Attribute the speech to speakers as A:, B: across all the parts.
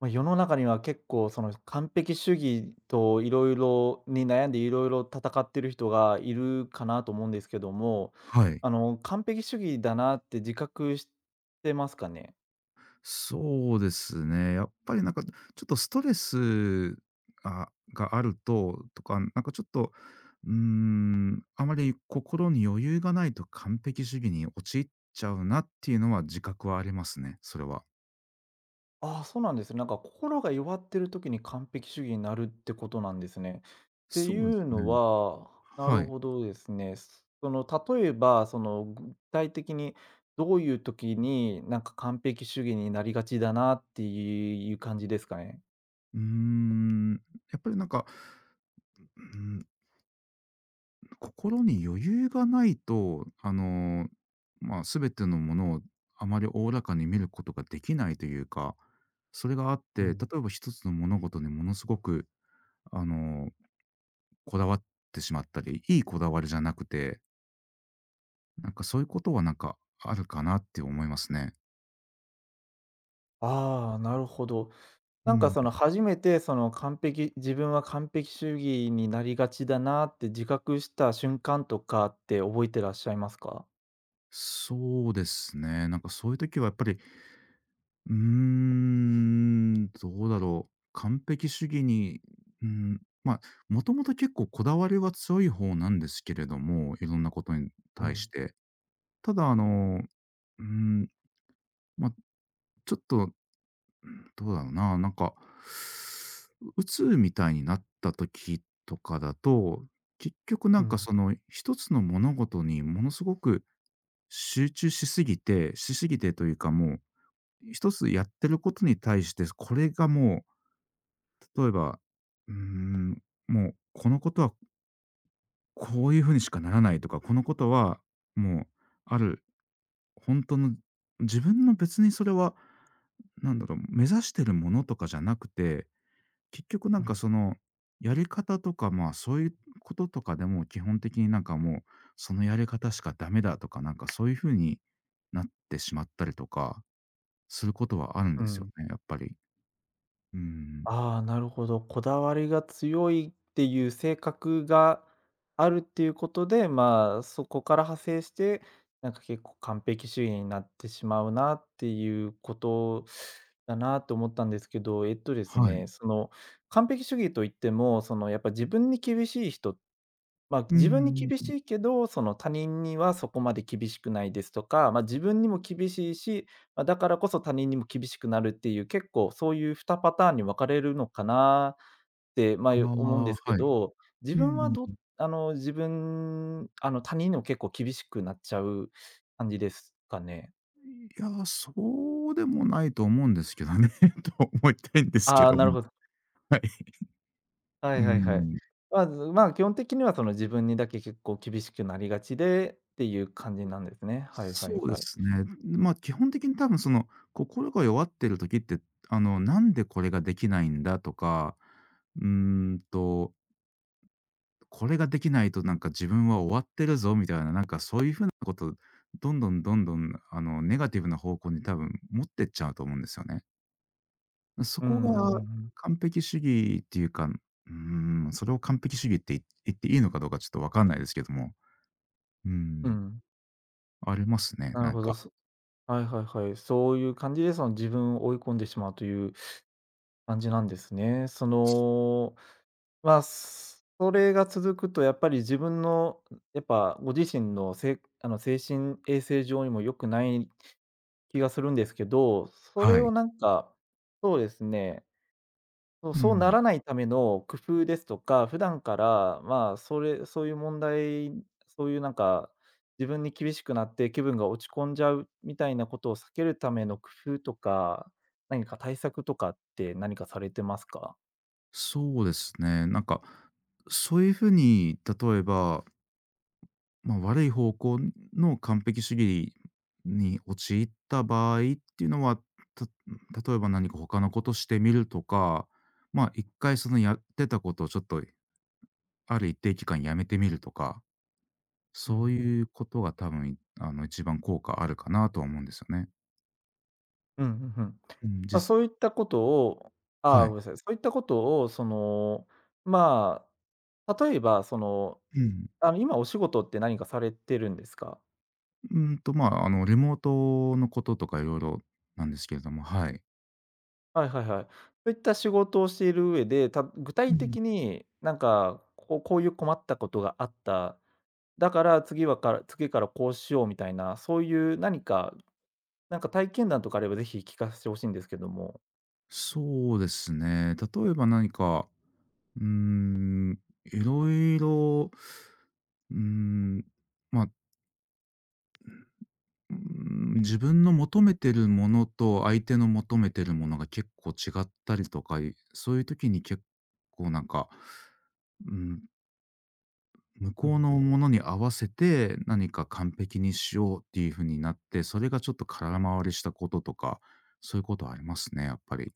A: まあ、世の中には結構その完璧主義と色々に悩んで色々戦ってる人がいるかなと思うんですけども、
B: はい。
A: 完璧主義だなって自覚してますかね？
B: そうですね。やっぱりなんかちょっとストレスがあるとか、なんかちょっと、あまり心に余裕がないと完璧主義に陥っちゃうなっていうのは自覚はありますね、それは。
A: ああ、そうなんですね。なんか心が弱ってる時に完璧主義になるってことなんですね。って
B: そ
A: い
B: うです
A: うの
B: ね。
A: は、な
B: は
A: る
B: い。
A: ほどですね。その例えば、その具体的にどういう時に、完璧主義になりがちだなっていう感じですかね？
B: うーん、やっぱりなんか、うーん心に余裕がないと、まあ、全てのものをあまりおおらかに見ることができないというか、それがあって、
A: う
B: 例え
A: ん。
B: ば一つの物事にものすごく、あの、こだわってしまったり、いいこだわりじゃなくて、なんかそういうことはなんかあるかなって思いますね。
A: ああ、なるほど。
B: うん。
A: その初めてその自分は完璧主義になりがちだなって自覚した瞬間とかって覚えてらっしゃいますか？
B: そうですね。なんかそういう時はやっぱりどうだろう。完璧主義に、うん、まあ、もともと結構こだわりは強い方なんですけれども、いろんなことに
A: う
B: 対し
A: ん、
B: て。ただ、うん、まあ、ちょっと、うん、どうだろうな、なんか、鬱みたいになった時とかだと、結局な
A: う
B: ん
A: ん、
B: かその一つの物事にものすごく集中しすぎてというか、もう一つやってることに対して、これがもう例えば、うーん、もうこのことはこういうふうにしかならないとか、このことはもうある、本当の自分の別にそれは、なんだろう、目指してるものとかじゃなくて、結局な
A: う
B: んか
A: ん、
B: その、やり方とか、まあ、そういうこととかでも基本的になんかもう、そのやり方しかダメだとか、なんかそういうふうになってしまったりとかすることはあるん
A: う
B: ですよ
A: ん。
B: ね、やっぱり。うん。
A: ああ、なるほど。こだわりが強いっていう性格があるっていうことで、まあ、そこから派生して、なんか結構完璧主義になってしまうなっていうことだなと思ったんですけど、えっとです
B: はい。
A: ね、その完璧主義といっても、そのやっぱ自分に厳しい人まあ、
B: う
A: 自分に
B: ん
A: 厳
B: う
A: し
B: ん。
A: いけど、その他人にはそこまで厳しくないですとか、まあ、自分にも厳しいし、まあ、だからこそ他人にも厳しくなるっていう、結構そういう2パターンに分かれるのかなって、
B: あ
A: まあ、思うんで
B: あ、
A: すけ
B: はい。
A: ど、自
B: う
A: 分は
B: ん、
A: ど
B: い
A: 他人にも結構厳しくなっちゃう感じですかね。
B: や、そうでもないと思うんですけどね、と思いたいんですけ
A: ああ、
B: ど
A: なる
B: も、
A: ほど。
B: はい。
A: は
B: う
A: いはいはい。
B: ん。
A: まあず、まあ、基本的にはその自分にだけ結構厳しくなりがちでっていう感じなんですね。はいは
B: そ
A: い
B: うで
A: はい。
B: すね。まあ、基本的に多分その、心が弱ってる時って、なんでこれができないんだとか、うーんと、これができないとなんか自分は終わってるぞみたいな、なんかそういうふうなこと、どんどんどんどん、ネガティブな方向に多分持ってっちゃうと思うんですよね。そ
A: うんう
B: こが
A: んうんうん。
B: 完璧主義っていうか、ーそれを完璧主義って言っていいのかどうかちょっとわかんないですけども、う
A: う
B: ん、
A: ん
B: ありますね、
A: なる
B: なん
A: ほ
B: か。
A: ど、はいはいはい。そういう感じで、その自分を追い込んでしまうという感じなんですね。その、まあ、それが続くとやっぱり自分の、やっぱご自身の精神衛生上にも良くない気がするんですけど、それ
B: は
A: を
B: い。
A: なんか、そうですねそう、
B: う
A: そうな
B: ん。
A: らないための工夫ですとか、普段から、まあ、そういう問題、そういうなんか、自分に厳しくなって気分が落ち込んじゃうみたいなことを避けるための工夫とか、何か対策とかって何かされてますか？
B: そうですね、なんか、そういうふうに例えば、まあ、悪い方向の完璧主義に陥った場合っていうのは、た例えば何か他のことしてみるとか、まあ、一回そのやってたことをちょっとある一定期間やめてみるとか
A: う
B: そう
A: ん。
B: いうことが多分、一番効果あるかなとは思うんですよね。
A: うんうんうん。
B: うん、
A: まあ、そういったことをあ
B: は
A: あ、ごめ
B: い。
A: んなさい。そういったことを、その、まあ、例えば、その、
B: うん。
A: 今お仕事って何かされてるんですか？
B: まあ、リモートのこととかいろいろなんですけれども、はい。
A: はいはいはい。そういった仕事をしている上で、具
B: う
A: 体
B: ん。
A: 的になんか、こういう困ったことがあった、だから次はから次からこうしようみたいな、そういう何か、なんか体験談とかあれば、ぜひ聞かせてほしいんですけども。
B: そうですね、例えば何か、うーん、いろいろうーん、まあ、自分の求めてるものと相手の求めてるものが結構違ったりとか、そういう時に結構なんか、うん、向
A: う
B: こう
A: ん。
B: のものに合わせて、何か完璧にしようっていう風になって、それがちょっと空回りしたこととか、そういうことはありますね、やっぱり。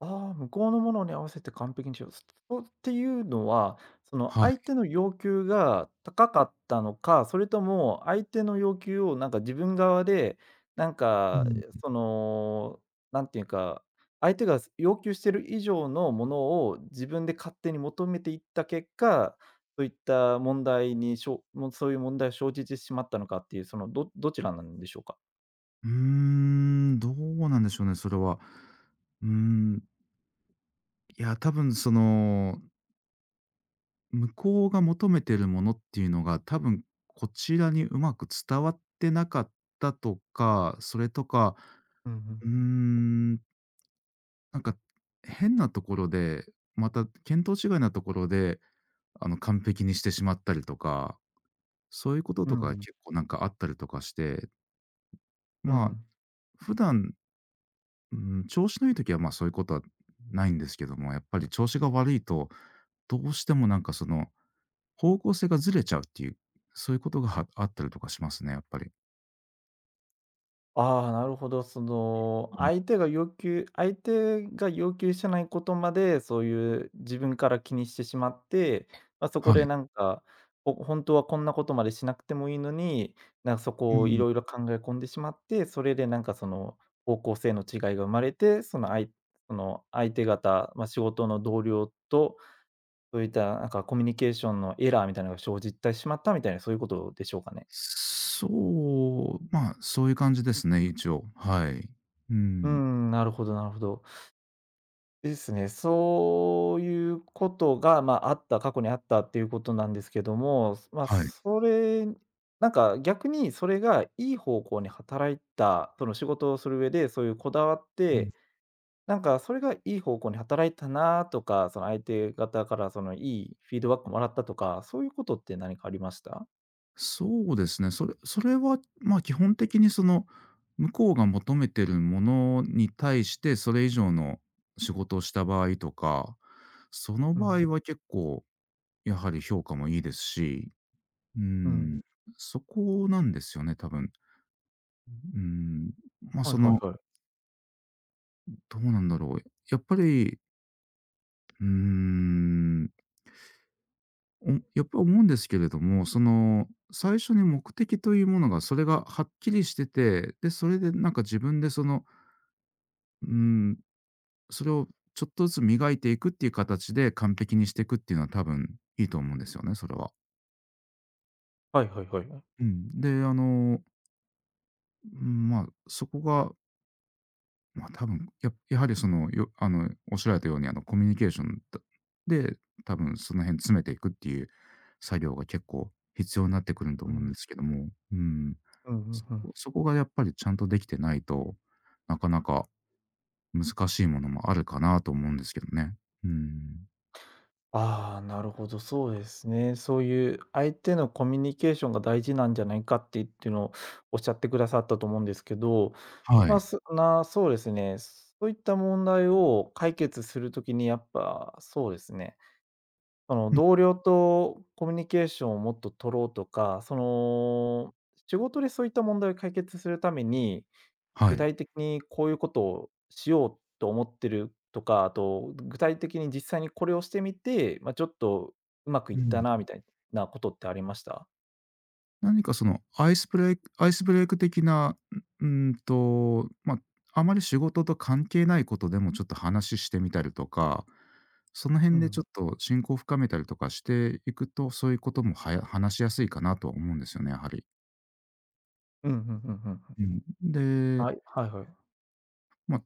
A: ああ、向こうのものに合わせて完璧にしよう。そうっていうのは、その
B: は
A: 相
B: い。
A: 手の要求が高かったのか、それとも相手の要求をなんか自分側で、なん
B: う
A: か、
B: ん。
A: その、なんていうか、相手が要求してる以上のものを自分で勝手に求めていった結果、そういった問題にしょもうそういう問題を生じてしまったのかっていう、そのどちらなんでしょうか？
B: どうなんでしょうね、それは。うーん、いや、多分その、向こうが求めてるものっていうのが、多分こちらにうまく伝わってなかったとか、それとか、
A: うんうん。
B: うーん、なんか変なところで、また見当違いなところで完璧にしてしまったりとか、そういうこと
A: う
B: と
A: ん
B: か
A: うん。
B: 結構なんかあったりとかして、
A: う
B: まあ、
A: ん。
B: 普段、う調子のいい時は、まあ、そういうことはないんですけども、やっぱり調子が悪いと、どうしてもなんかその、方向性がずれちゃうっていう、そういうことがあったりとかしますね、やっぱり。
A: ああ、なるほど。その、
B: うん。
A: 相手が要求してないことまで、そういう自分から気にしてしまって、まあ、そ
B: は
A: こで
B: い。
A: なんか、本当はこんなことまでしなくてもいいのに、なんかそ
B: う
A: こをい
B: ん。
A: ろいろ考え込んでしまって、それでなんかその、方向性の違いが生まれて、そのあいその相手方、まあ、仕事の同僚と、そういったなんかコミュニケーションのエラーみたいなのが生じてしまったみたいな、そういうことでしょうかね？
B: そう、まあ、そういう感じですね、一応。はい。う
A: う
B: ん。
A: ん、なるほどなるほど。ですね。そういうことが、まあ、あった、過去にあったっていうことなんですけども、まあ、
B: はい。
A: それなんか逆にそれがいい方向に働いた、その仕事をする上で、そういうこだわって、なんかそれがいい方向に働いたなとか、その相手方からそのいいフィードバックもらったとか、そういうことって何かありました？
B: そうですね。それは、まあ、基本的にその、向こうが求めてるものに対して、それ以上の仕事をした場合とか、その
A: う
B: 場
A: ん、
B: 合は結構やはり評価もいいですし、うー
A: うん。
B: ん、そこなんですよね、多分。うーん、ま、
A: はい
B: そ
A: は
B: の、
A: いはい。
B: どうなんだろう。やっぱり、うーん、やっぱり思うんですけれども、その、最初に目的というものが、それがはっきりしてて、で、それでなんか自分でそのうん、それをちょっとずつ磨いていくっていう形で完璧にしていくっていうのは多分いいと思うんですよね、それは。
A: はいはいはい。
B: うん。で、うん、まあ、そこが、まあ、多分やはりその、よあの、おっしゃられたようにコミュニケーションで、多分その辺詰めていくっていう作業が結構必要になってくると
A: う
B: 思うん
A: ん。
B: ですけども、うん。
A: うんう
B: そ
A: んうん
B: こそこがやっぱりちゃんとできてないと、なかなか難しいものもあるかなと思うんですけどね。うん。
A: ああ、なるほど、そうですね。そういう相手のコミュニケーションが大事なんじゃないかってっていうのをおっしゃってくださったと思うんですけど、
B: は
A: ま
B: い。
A: あ、そうですね、そういった問題を解決するときにやっぱそうですね、その
B: うん、
A: 同僚とコミュニケーションをもっと取ろうとか、その仕事でそういった問題を解決するために
B: は
A: 具
B: い。
A: 体的にこういうことをしようと思ってるとか、あと、具体的に実際にこれをしてみて、まあ、ちょっとうまくい
B: う
A: った
B: ん。
A: なみたいなことってありました？
B: 何かそのアイスブレイク的な、ま、あまり仕事と関係ないことでもちょっと話してみたりとか、その
A: う
B: 辺でち
A: ん。
B: ょっと親交を深めたりとかしていくと、そういうことも話しやすいかなとは思うんですよね、やはり。
A: うん、うんうんうんうん。
B: うん。で、
A: はい、はいはい。
B: ま、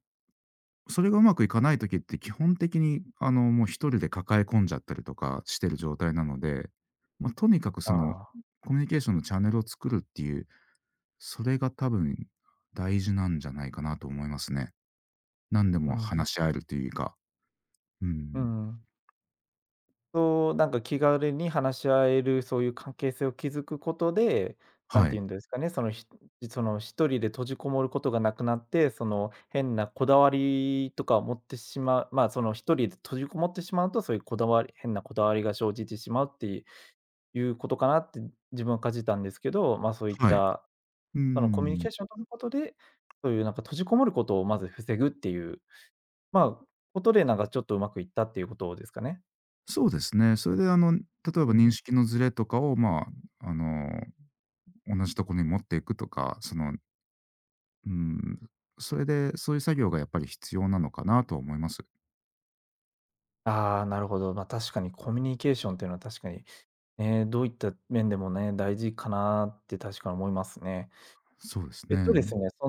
B: それがうまくいかない時って基本的にもう1人で抱え込んじゃったりとかしてる状態なので、ま、とにかく
A: あ
B: その
A: あ。
B: コミュニケーションのチャンネルを作るっていうそれが多分大事なんじゃないかなと思いますね。何で
A: う
B: も
A: ん。
B: 話し合えるというか。うん。
A: うんうんそう、なんか気軽に話し合える、そういう関係性を築くことで、な
B: は
A: んて
B: い。
A: 言うんですかね、その、その一人で閉じこもることがなくなって、その変なこだわりとかを持ってしまう、まあ、その一人で閉じこもってしまうと、そういうこだわり変なこだわりが生じてしまうっていうことかなって自分は感じたんですけど、まあ、そういっ
B: はい。
A: た、
B: う
A: そのコミュニ
B: ん。
A: ケーションを取ることで、そういうなんか閉じこもることをまず防ぐっていう、まあ、ことでなんかちょっとうまくいったっていうことですかね。
B: そうですね。それで例えば
A: うんう
B: 認
A: ん。
B: 識のずれとかを、まあ、同じところに持っていくとか、その、うん、それで、そういう作業がやっぱり必要なのかなとは思います。
A: ああ、なるほど。ま、確かにコミュニケーションっていうのは確かに、ね、どういった面でもね、大事かなって確かに思いますね。
B: そうです
A: えっとで
B: ね。
A: すね、そ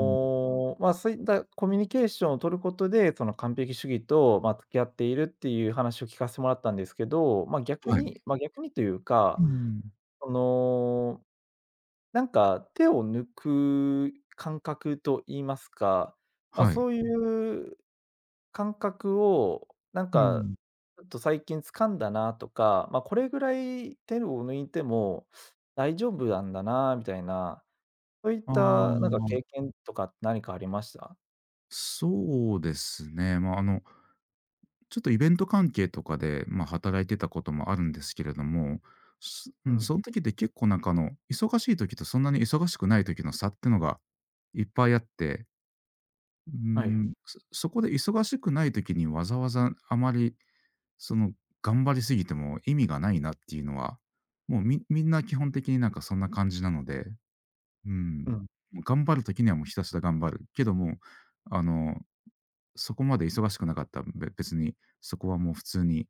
B: うん。
A: ま、そういったコミュニケーションを取ることで、その完璧主義と、まあ、付き合っているっていう話を聞かせてもらったんですけど、
B: はい。
A: ま、逆にという
B: う
A: か、
B: ん。
A: その、なんか手を抜く感覚といいますか、まあ、
B: はい。
A: そういう感覚を、なん
B: う
A: か、
B: ん。
A: ちょっと最近掴んだなとか、まあ、これぐらい手を抜いても大丈夫なんだなみたいな、そういっ
B: あ
A: たなんか
B: あ、
A: 経験とか何かありました？
B: そうですね。まあ、ちょっとイベント関係とかで、まあ、働いてたこともあるんですけれども、すう
A: う
B: ん、そ
A: ん。
B: の時って結構なんか忙しい時とそんなに忙しくない時の差ってのがいっぱいあって、うー
A: はい。
B: そこで忙しくない時にわざわざあまり、その、頑張りすぎても意味がないなっていうのは、もうみんな基本的になんかそんな感じなので、う
A: う
B: ん、
A: ん。
B: 頑張る時にはもうひたすら頑張る。けども、あの、そこまで忙しくなかったら、別にそこはもう普通に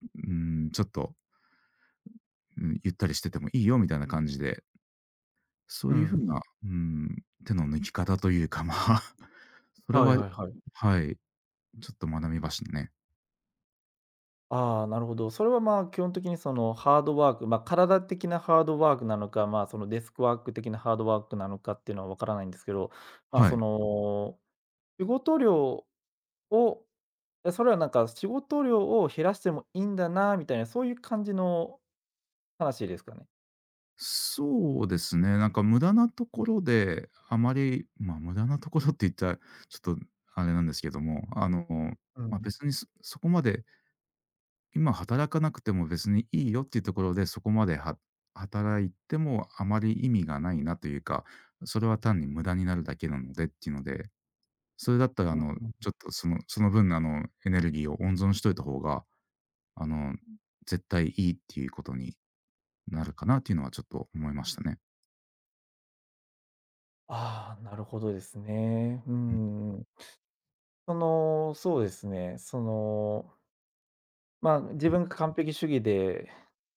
B: ちょっと、うん、ゆったりしててもいいよみたいな感じで、そ
A: う
B: ういう風
A: ん。
B: な、手の抜き方というか、まあ、それ
A: はい
B: は
A: はいはい。
B: はい、ちょっと学びましたね。
A: ああ、なるほど。それは、まあ、基本的にそのハードワーク、ま、体的なハードワークなのか、まあ、そのデスクワーク的なハードワークなのかっていうのは分からないんですけど、まあ、
B: は
A: そ
B: い。
A: の仕事量をえ、それはなんか仕事量を減らしてもいいんだなみたいな、そういう感じの話ですかね？
B: そうですね、なんか無駄なところで、あまり、まあ、無駄なところって言ったら、ちょっとあれなんですけども、
A: う
B: まあ、
A: ん。
B: 別にそこまで今働かなくても別にいいよっていうところで、そこまでは働いてもあまり意味がないなというか、それは単に無駄になるだけなのでっていうので、それだったら
A: うんう
B: ちょっ
A: ん。
B: とその分エネルギーを温存しといた方が、あの、絶対いいっていうことになるかなっていうのはちょっと思いましたね。
A: ああ、なるほどですね。う
B: うん、
A: んうん。その、そうですね、その、まあ、自分が完璧主義で、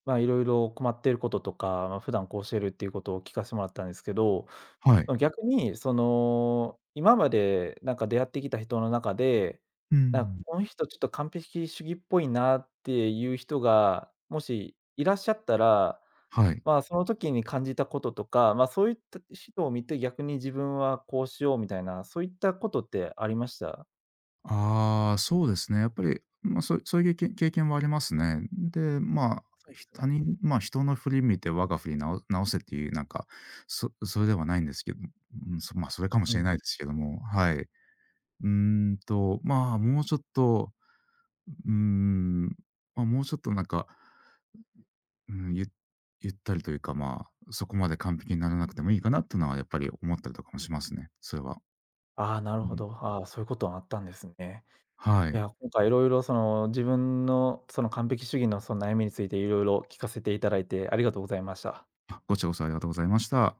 A: まあ、いろいろ困っていることとか、まあ、普段こうしてるっていうことを聞かせてもらったんですけど
B: はい。
A: その逆に、その、今までなんか出会ってきた人の中で、
B: うー
A: なんか
B: ん、
A: この人ちょっと完璧主義っぽいなっていう人が、もしいらっしゃったら、
B: はい。
A: まあ、その時に感じたこととか、まあ、そういった人を見て逆に自分はこうしようみたいな、そういったことってありました？
B: ああ、そうですね。やっぱり、まあ、そういう経験はありますね。で、まあ、
A: そうで
B: ひ
A: す
B: 他
A: ね。
B: 人まあ、人の振り見て我が振り直せっていう、なんか、それではないんですけど、うん、まあ、それかも
A: う
B: しれ
A: ん。
B: ないですけども、はい。うーまあ、もうちょっと、うーん、まあ、もうちょっとなんか、うん、ゆゆったりというか、まあ、そこまで完璧にならなくてもいいかなっていうのはやっぱり思ったりとかもしますね、それは。
A: ああ、なる
B: う
A: ほ
B: ん。
A: ど。ああ、そういうことがあったんですね。
B: は
A: い
B: い。
A: や、今回いろいろその自分のその完璧主義のその悩みについていろいろ聞かせていただいてありがとうございました。
B: あ、ありがとうございました。